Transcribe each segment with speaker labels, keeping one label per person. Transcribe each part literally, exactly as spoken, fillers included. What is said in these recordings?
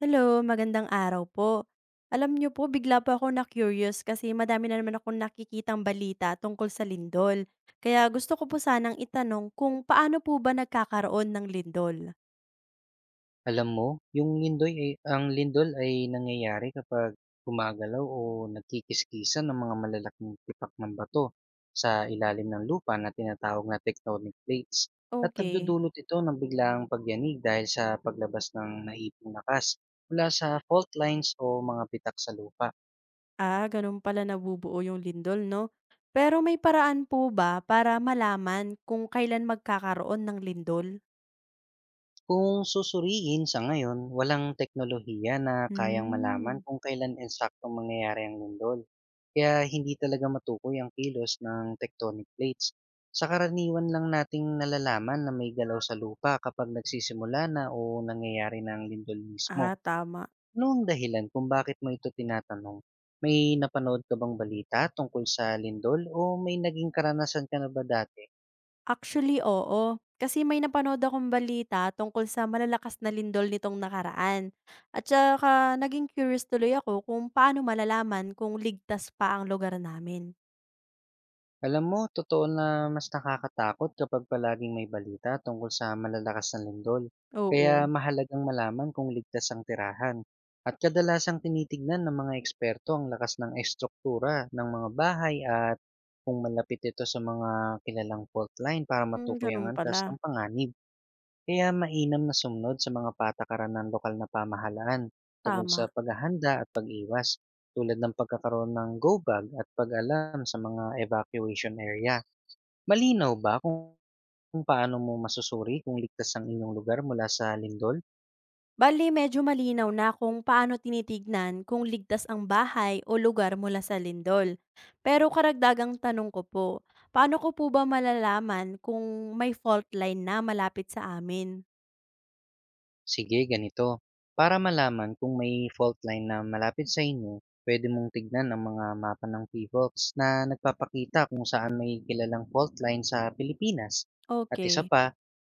Speaker 1: Hello, magandang araw po. Alam niyo po, bigla po ako na-curious kasi madami na naman akong nakikitang balita tungkol sa lindol. Kaya gusto ko po sanang itanong kung paano po ba nagkakaroon ng lindol?
Speaker 2: Alam mo, yung lindol ay ang lindol ay nangyayari kapag gumagalaw o nagkikiskisan ng mga malalaking tipak ng bato sa ilalim ng lupa na tinatawag na tectonic plates. At
Speaker 1: Okay.
Speaker 2: nagdudulot ito ng biglaang pagyanig dahil sa paglabas ng naipong lakas mula sa fault lines o mga pitak sa lupa.
Speaker 1: Ah, ganun pala nabubuo yung lindol, no? Pero may paraan po ba para malaman kung kailan magkakaroon ng lindol?
Speaker 2: Kung susuriin sa ngayon, walang teknolohiya na kayang malaman
Speaker 1: Hmm.
Speaker 2: kung kailan eksaktong mangyayari ang lindol. Kaya hindi talaga matukoy ang kilos ng tectonic plates. Sa karaniwan lang nating nalalaman na may galaw sa lupa kapag nagsisimula na o nangyayari na ang lindol mismo.
Speaker 1: Ah, tama.
Speaker 2: Noong dahilan kung bakit mo ito tinatanong, may napanood ka bang balita tungkol sa lindol o may naging karanasan ka na ba dati?
Speaker 1: Actually, oo. Kasi may napanood akong balita tungkol sa malalakas na lindol nitong nakaraan. At saka naging curious tuloy ako kung paano malalaman kung ligtas pa ang lugar namin.
Speaker 2: Alam mo, totoo na mas nakakatakot kapag palaging may balita tungkol sa malalakas na lindol. Kaya
Speaker 1: Oo.
Speaker 2: mahalagang malaman kung ligtas ang tirahan. At kadalasang tinitignan ng mga eksperto ang lakas ng estruktura ng mga bahay at kung malapit ito sa mga kilalang fault line para
Speaker 1: Hmm,
Speaker 2: matukoy ang
Speaker 1: ganun
Speaker 2: antas
Speaker 1: pala.
Speaker 2: ng panganib. Kaya mainam na sumunod sa mga patakaran ng lokal na pamahalaan tungkol
Speaker 1: Tama.
Speaker 2: sa paghahanda at pag-iwas, tulad ng pagkakaroon ng go bag at pag-alam sa mga evacuation area. Malinaw ba kung, kung paano mo masusuri kung ligtas ang inyong lugar mula sa lindol?
Speaker 1: Bali, medyo malinaw na kung paano tinitignan kung ligtas ang bahay o lugar mula sa lindol. Pero karagdagang tanong ko po, paano ko po ba malalaman kung may fault line na malapit sa amin?
Speaker 2: Sige, ganito. Para malaman kung may fault line na malapit sa inyo, pwede mong tignan ang mga mapa ng P F O X na nagpapakita kung saan may kilalang fault line sa Pilipinas. At isa
Speaker 1: Okay.
Speaker 2: pa,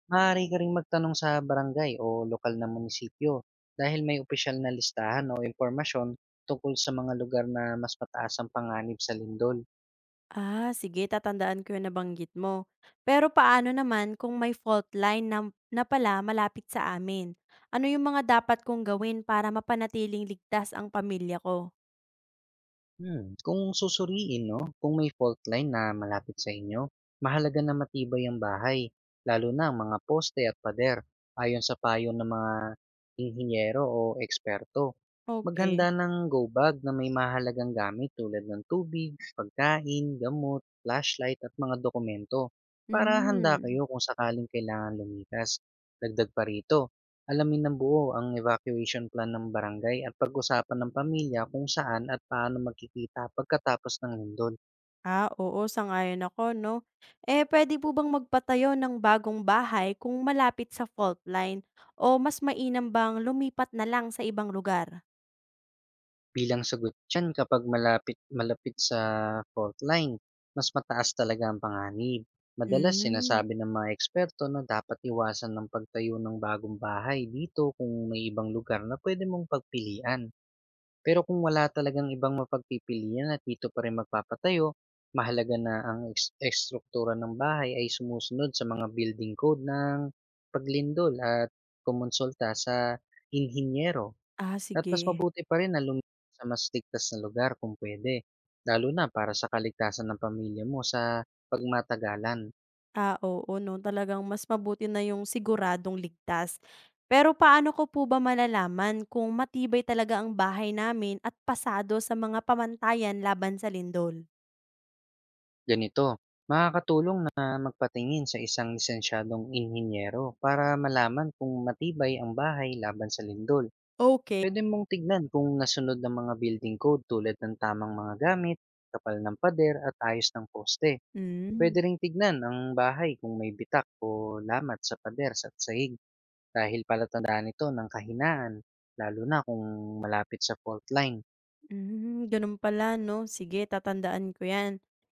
Speaker 2: maaari ka rin magtanong sa barangay o lokal na munisipyo, dahil may opisyal na listahan o impormasyon tungkol sa mga lugar na mas mataas ang panganib sa lindol.
Speaker 1: Ah, sige tatandaan ko yung nabanggit mo. Pero paano naman kung may fault line na, na pala malapit sa amin? Ano yung mga dapat kong gawin para mapanatiling ligtas ang pamilya ko?
Speaker 2: Hmm, kung susuriin 'no, kung may fault line na malapit sa inyo, mahalaga na matibay ang bahay, lalo na ang mga poste at pader, ayon sa payo ng mga inhinyero o eksperto.
Speaker 1: Okay.
Speaker 2: Maghanda ng go bag na may mahalagang gamit tulad ng tubig, pagkain, gamot, flashlight at mga dokumento, para handa
Speaker 1: Hmm.
Speaker 2: kayo kung sakaling kailangan lumikas. Dagdag pa rito, alamin ng buo ang evacuation plan ng barangay at pag-usapan ng pamilya kung saan at paano magkikita pagkatapos ng lindol.
Speaker 1: Ah, oo, sangayon ako, no? Eh, pwede po bang magpatayo ng bagong bahay kung malapit sa fault line? O mas mainam bang lumipat na lang sa ibang lugar?
Speaker 2: Bilang sagot dyan, kapag malapit, malapit sa fault line, mas mataas talaga ang panganib. Madalas
Speaker 1: Hmm.
Speaker 2: sinasabi ng mga eksperto na dapat iwasan ng pagtayo ng bagong bahay dito kung may ibang lugar na pwede mong pagpilian. Pero kung wala talagang ibang mapagpipilian at dito pa rin magpapatayo, mahalaga na ang es- estruktura ng bahay ay sumusunod sa mga building code ng paglindol, at kumonsulta sa inhinyero.
Speaker 1: Ah,
Speaker 2: At mas
Speaker 1: sige.
Speaker 2: mabuti pa rin na lumipat sa mas ligtas na lugar kung pwede, lalo na para sa kaligtasan ng pamilya mo sa pagmatagalan.
Speaker 1: Ah, oo 'no, talagang mas mabuti na yung siguradong ligtas. Pero paano ko po ba malalaman kung matibay talaga ang bahay namin at pasado sa mga pamantayan laban sa lindol?
Speaker 2: Ganito, makakatulong na magpatingin sa isang lisensyadong inhinyero para malaman kung matibay ang bahay laban sa lindol.
Speaker 1: Okay.
Speaker 2: Puwede mong tignan kung nasunod ang mga building code, tulad ng tamang mga gamit, kapal ng pader at ayos ng poste.
Speaker 1: Hmm.
Speaker 2: Puwede ring tignan ang bahay kung may bitak o lamat sa pader at sahig, dahil palatandaan ito ng kahinaan, lalo na kung malapit sa fault line.
Speaker 1: Hmm, ganun pala 'no, sige tatandaan ko 'yan.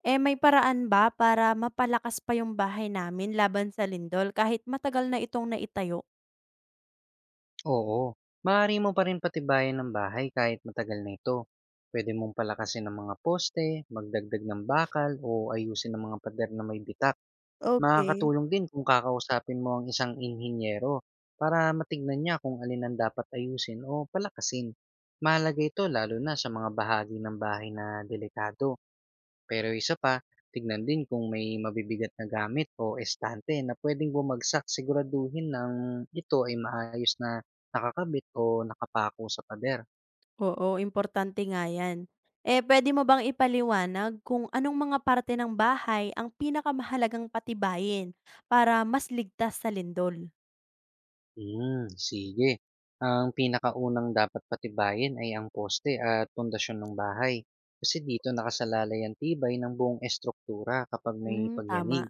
Speaker 1: Eh, may paraan ba para mapalakas pa yung bahay namin laban sa lindol kahit matagal na itong naitayo?
Speaker 2: Oo, maaari mo pa rin patibayan ng bahay kahit matagal na ito. Pwede mong palakasin ang mga poste, magdagdag ng bakal o ayusin ang mga pader na may bitak.
Speaker 1: Okay.
Speaker 2: Makakatulong din kung kakausapin mo ang isang inhinyero para matignan niya kung alin ang dapat ayusin o palakasin. Mahalaga ito, lalo na sa mga bahagi ng bahay na delikado. Pero isa pa, tignan din kung may mabibigat na gamit o estante na pwedeng bumagsak. Siguraduhin ng ito ay maayos na nakakabit o nakapako sa pader.
Speaker 1: Oo, importante nga yan. Eh, pwede mo bang ipaliwanag kung anong mga parte ng bahay ang pinakamahalagang patibayin para mas ligtas sa lindol?
Speaker 2: Hmm, sige. Ang pinakaunang dapat patibayin ay ang poste at pundasyon ng bahay. Kasi dito nakasalalay ang tibay ng buong estruktura kapag may
Speaker 1: Hmm,
Speaker 2: pagyanig.
Speaker 1: tama.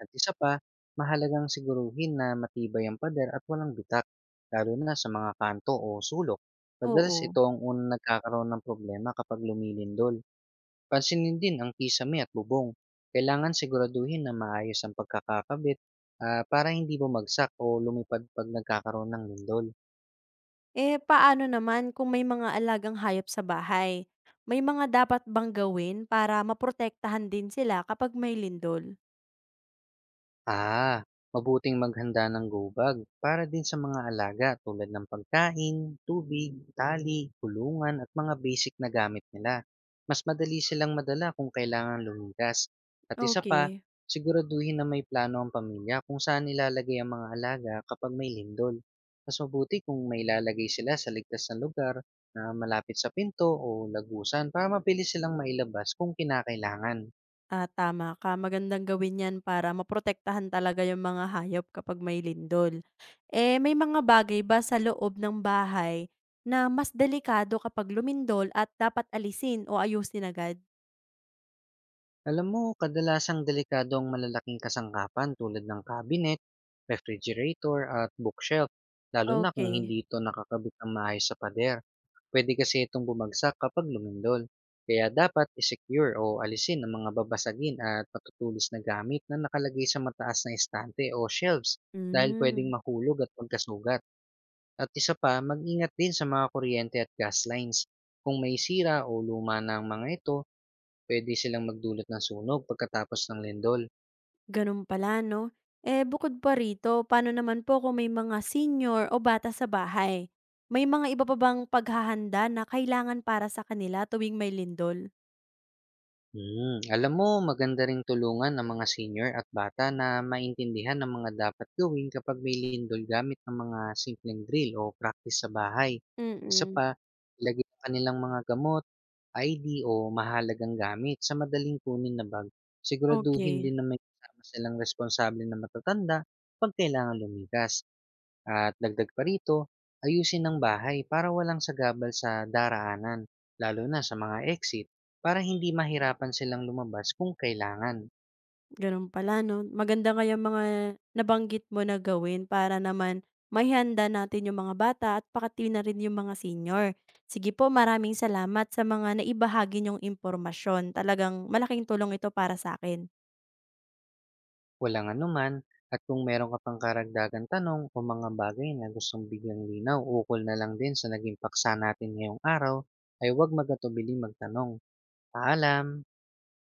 Speaker 2: At isa pa, mahalagang siguruhin na matibay ang pader at walang bitak, lalo na sa mga kanto o sulok. Madalas
Speaker 1: Oo.
Speaker 2: ito ang unang nagkakaroon ng problema kapag lumilindol. Pansinin din ang kisame at bubong. Kailangan siguraduhin na maayos ang pagkakakabit, ah, para hindi bumagsak o lumipad pag nagkakaroon ng lindol.
Speaker 1: Eh, paano naman kung may mga alagang hayop sa bahay? May mga dapat bang gawin para maprotektahan din sila kapag may lindol?
Speaker 2: Ah, Mabuting maghanda ng go bag para din sa mga alaga, tulad ng pagkain, tubig, tali, kulungan at mga basic na gamit nila. Mas madali silang madala kung kailangan lumigas. At isa pa,
Speaker 1: Okay.
Speaker 2: siguraduhin na may plano ang pamilya kung saan ilalagay ang mga alaga kapag may lindol. Mas mabuti kung may ilalagay sila sa ligtas na lugar na malapit sa pinto o lagusan, para mabilis silang mailabas kung kinakailangan.
Speaker 1: Ah, tama ka. Magandang gawin 'yan para maprotektahan talaga 'yung mga hayop kapag may lindol. Eh, may mga bagay ba sa loob ng bahay na mas delikado kapag lumindol at dapat alisin o ayusin agad?
Speaker 2: Alam mo, kadalasang delikado ang malalaking kasangkapan tulad ng cabinet, refrigerator at bookshelf, lalo na kung
Speaker 1: Okay.
Speaker 2: hindi ito nakakabit ng maayos sa pader. Pwede kasi itong bumagsak kapag lumindol. Kaya dapat i-secure o alisin ang mga babasagin at matutulis na gamit na nakalagay sa mataas na estante o shelves, dahil pwedeng
Speaker 1: Hmm,
Speaker 2: mahulog at magkasugat. At isa pa, mag-ingat din sa mga kuryente at gas lines. Kung may sira o luma ng mga ito, pwede silang magdulot ng sunog pagkatapos ng lindol.
Speaker 1: gano'n pala 'no. Eh, bukod pa rito, paano naman po kung may mga senior o bata sa bahay? May mga iba pa bang paghahanda na kailangan para sa kanila tuwing may lindol?
Speaker 2: Hmm. Alam mo, maganda ring tulungan ang mga senior at bata na maintindihan ang mga dapat gawin kapag may lindol, gamit ng mga simpleng drill o practice sa bahay. Isa
Speaker 1: Mm,
Speaker 2: pa, ilagay ang kanilang mga gamot, I D o mahalagang gamit sa madaling kunin na bag. Siguraduhin
Speaker 1: okey.
Speaker 2: din na may kasama silang responsable na matatanda pag kailangan lumikas. At dagdag pa rito, ayusin ang bahay para walang sagabal sa daraanan, lalo na sa mga exit, para hindi mahirapan silang lumabas kung kailangan.
Speaker 1: Gano'n pala 'no. Maganda nga 'yang mga nabanggit mo na gawin para naman maihanda natin 'yung mga bata at pati na rin 'yung mga senior. Sige po, maraming salamat sa mga naibahagi niyong impormasyon. Talagang malaking tulong ito para sa akin.
Speaker 2: Walang anuman, at kung meron ka pang karagdagan tanong o mga bagay na gustong bigyang linaw ukol na lang din sa naging paksa natin ngayong araw, ay huwag magatubiling magtanong. Paalam!